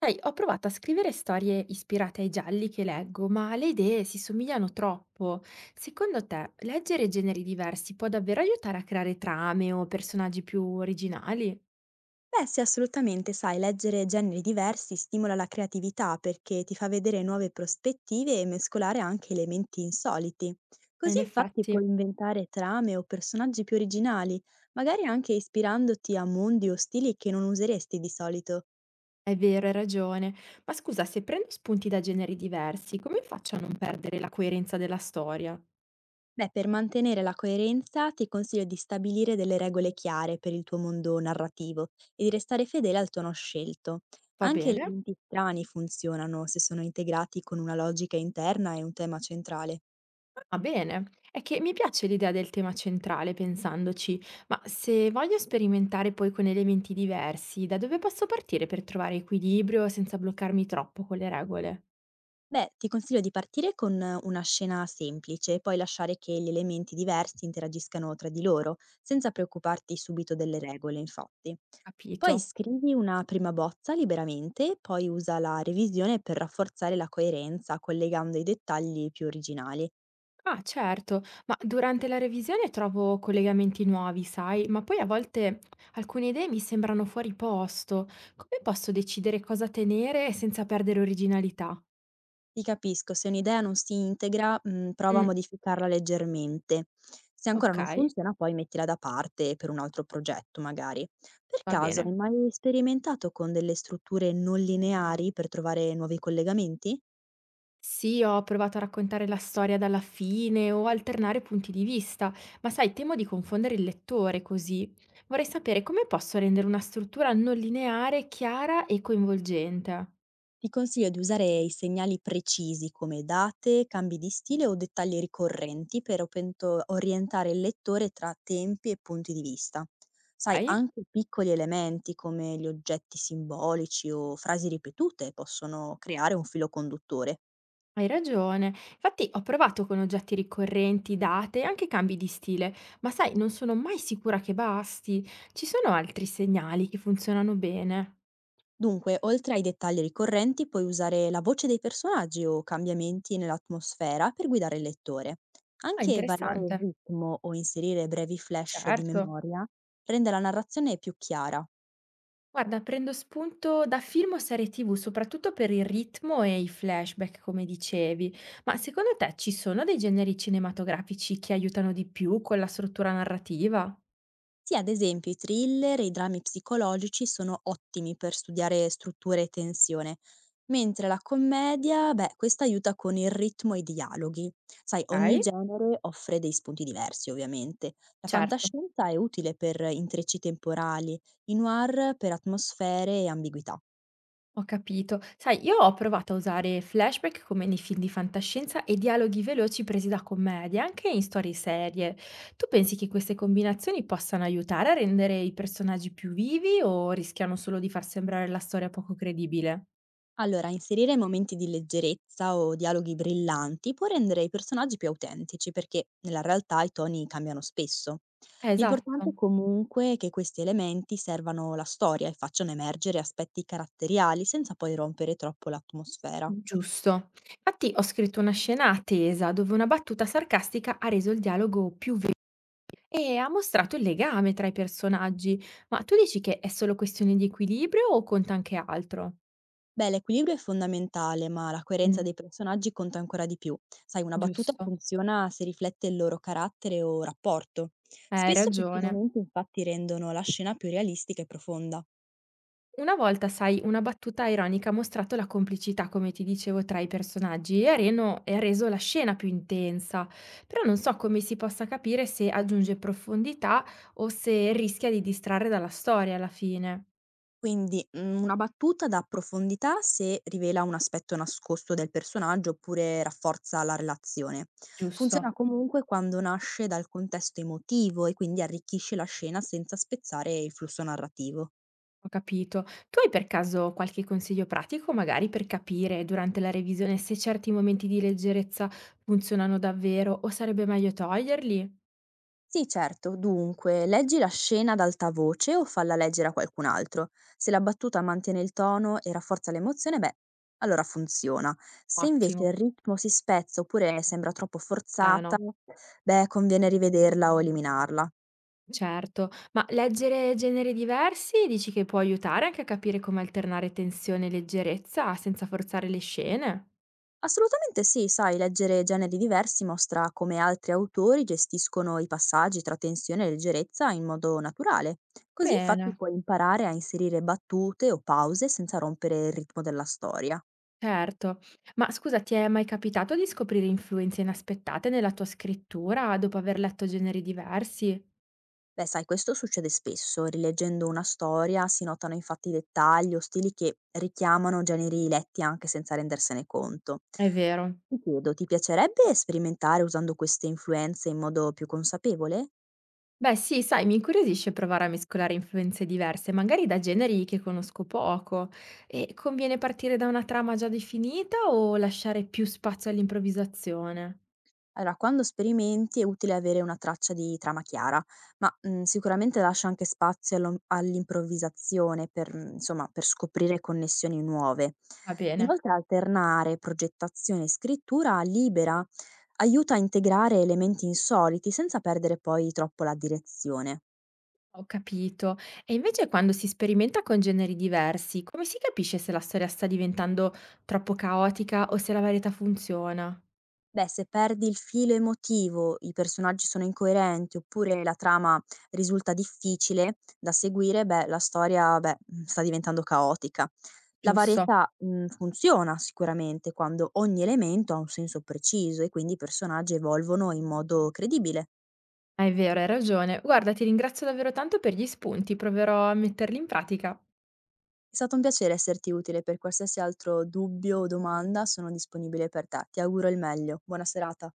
Sai, ho provato a scrivere storie ispirate ai gialli che leggo, ma le idee si somigliano troppo. Secondo te, leggere generi diversi può davvero aiutare a creare trame o personaggi più originali? Beh sì, assolutamente, sai, leggere generi diversi stimola la creatività perché ti fa vedere nuove prospettive e mescolare anche elementi insoliti. In Così infatti effetti, puoi inventare trame o personaggi più originali, magari anche ispirandoti a mondi o stili che non useresti di solito. è vero, hai ragione. Ma scusa, se prendo spunti da generi diversi, come faccio a non perdere la coerenza della storia? Beh, per mantenere la coerenza ti consiglio di stabilire delle regole chiare per il tuo mondo narrativo e di restare fedele al tono scelto. Va Anche bene? elementi strani funzionano se sono integrati con una logica interna e un tema centrale. Ah bene, è che mi piace l'idea del tema centrale, pensandoci, ma se voglio sperimentare poi con elementi diversi, da dove posso partire per trovare equilibrio senza bloccarmi troppo con le regole? Beh, ti consiglio di partire con una scena semplice e poi lasciare che gli elementi diversi interagiscano tra di loro, senza preoccuparti subito delle regole, infatti. Poi Capito. scrivi una prima bozza liberamente, poi usa la revisione per rafforzare la coerenza, collegando i dettagli più originali. Ah, certo, ma durante la revisione trovo collegamenti nuovi, sai, ma poi a volte alcune idee mi sembrano fuori posto. Come posso decidere cosa tenere senza perdere originalità? Ti capisco, se un'idea non si integra, prova a Mm, modificarla leggermente. Se ancora ok, non funziona poi mettila da parte per un altro progetto magari. Per va caso bene. hai mai sperimentato con delle strutture non lineari per trovare nuovi collegamenti? Sì, ho provato a raccontare la storia dalla fine o alternare punti di vista, ma sai, temo di confondere il lettore così. Vorrei sapere come posso rendere una struttura non lineare chiara e coinvolgente. Ti consiglio di usare i segnali precisi come date, cambi di stile o dettagli ricorrenti per orientare il lettore tra tempi e punti di vista. Sai, Hai? anche piccoli elementi come gli oggetti simbolici o frasi ripetute possono creare un filo conduttore. Hai ragione. Infatti ho provato con oggetti ricorrenti, date e anche cambi di stile, ma sai, non sono mai sicura che basti. Ci sono altri segnali che funzionano bene. Dunque, oltre ai dettagli ricorrenti, puoi usare la voce dei personaggi o cambiamenti nell'atmosfera per guidare il lettore. Ah, Anche variare il interessante. ritmo o inserire brevi flash di Certo. memoria rende la narrazione più chiara. Guarda, prendo spunto da film o serie TV, soprattutto per il ritmo e i flashback, come dicevi. Ma secondo te ci sono dei generi cinematografici che aiutano di più con la struttura narrativa? Sì, ad esempio i thriller e i drammi psicologici sono ottimi per studiare strutture e tensione, mentre la commedia, beh, questa aiuta con il ritmo e i dialoghi. Sai, ogni Ok, genere offre dei spunti diversi, ovviamente. La certo, fantascienza è utile per intrecci temporali, i noir per atmosfere e ambiguità. ho capito. Sai, io ho provato a usare flashback come nei film di fantascienza e dialoghi veloci presi da commedie, anche in storie serie. Tu pensi che queste combinazioni possano aiutare a rendere i personaggi più vivi o rischiano solo di far sembrare la storia poco credibile? Allora, inserire momenti di leggerezza o dialoghi brillanti può rendere i personaggi più autentici perché nella realtà i toni cambiano spesso. L'importante Esatto. è comunque è che questi elementi servano la storia e facciano emergere aspetti caratteriali senza poi rompere troppo l'atmosfera. Giusto. Infatti ho scritto una scena attesa dove una battuta sarcastica ha reso il dialogo più vivo e ha mostrato il legame tra i personaggi. Ma tu dici che è solo questione di equilibrio o conta anche altro? Beh, l'equilibrio è fondamentale, ma la Mm, coerenza dei personaggi conta ancora di più. Sai, una battuta giusto. funziona se riflette il loro carattere o rapporto. Hai Spesso questi ragione. momenti infatti rendono la scena più realistica e profonda. Una volta, sai, una battuta ironica ha mostrato la complicità, come ti dicevo, tra i personaggi e ha reso la scena più intensa. Però non so come si possa capire se aggiunge profondità o se rischia di distrarre dalla storia alla fine. Quindi, una battuta dà profondità se rivela un aspetto nascosto del personaggio oppure rafforza la relazione. Funziona Giusto, comunque quando nasce dal contesto emotivo e quindi arricchisce la scena senza spezzare il flusso narrativo. ho capito. Tu hai per caso qualche consiglio pratico, magari per capire durante la revisione se certi momenti di leggerezza funzionano davvero o sarebbe meglio toglierli? Sì, certo. Dunque, leggi la scena ad alta voce o falla leggere a qualcun altro. Se la battuta mantiene il tono e rafforza l'emozione, beh, allora funziona. Se Ottimo. invece il ritmo si spezza oppure sembra troppo Eh forzata, no, beh, conviene rivederla o eliminarla. certo. Ma leggere generi diversi dici che può aiutare anche a capire come alternare tensione e leggerezza senza forzare le scene? Assolutamente sì, sai, leggere generi diversi mostra come altri autori gestiscono i passaggi tra tensione e leggerezza in modo naturale. Così infatti Bene, puoi imparare a inserire battute o pause senza rompere il ritmo della storia. certo. Ma scusa, ti è mai capitato di scoprire influenze inaspettate nella tua scrittura dopo aver letto generi diversi? Beh, sai, questo succede spesso. Rileggendo una storia si notano infatti dettagli o stili che richiamano generi letti anche senza rendersene conto. È Ti vero. chiedo, ti piacerebbe sperimentare usando queste influenze in modo più consapevole? Beh sì, sai, mi incuriosisce provare a mescolare influenze diverse, magari da generi che conosco poco. E conviene partire da una trama già definita o lasciare più spazio all'improvvisazione? Allora, quando sperimenti è utile avere una traccia di trama chiara, ma sicuramente lascia anche spazio all'improvvisazione per, insomma, per scoprire connessioni nuove. Va bene, Inoltre, alternare progettazione e scrittura libera aiuta a integrare elementi insoliti senza perdere poi troppo la direzione. ho capito. E invece quando si sperimenta con generi diversi, come si capisce se la storia sta diventando troppo caotica o se la varietà funziona? Beh, se perdi il filo emotivo, i personaggi sono incoerenti oppure la trama risulta difficile da seguire, beh, la storia, beh, sta diventando caotica. La Giusto. varietà, funziona sicuramente quando ogni elemento ha un senso preciso e quindi i personaggi evolvono in modo credibile. Ah, è vero, hai ragione. Guarda, ti ringrazio davvero tanto per gli spunti, proverò a metterli in pratica. È stato un piacere esserti utile, per qualsiasi altro dubbio o domanda sono disponibile per te. Ti auguro il meglio. Buona serata.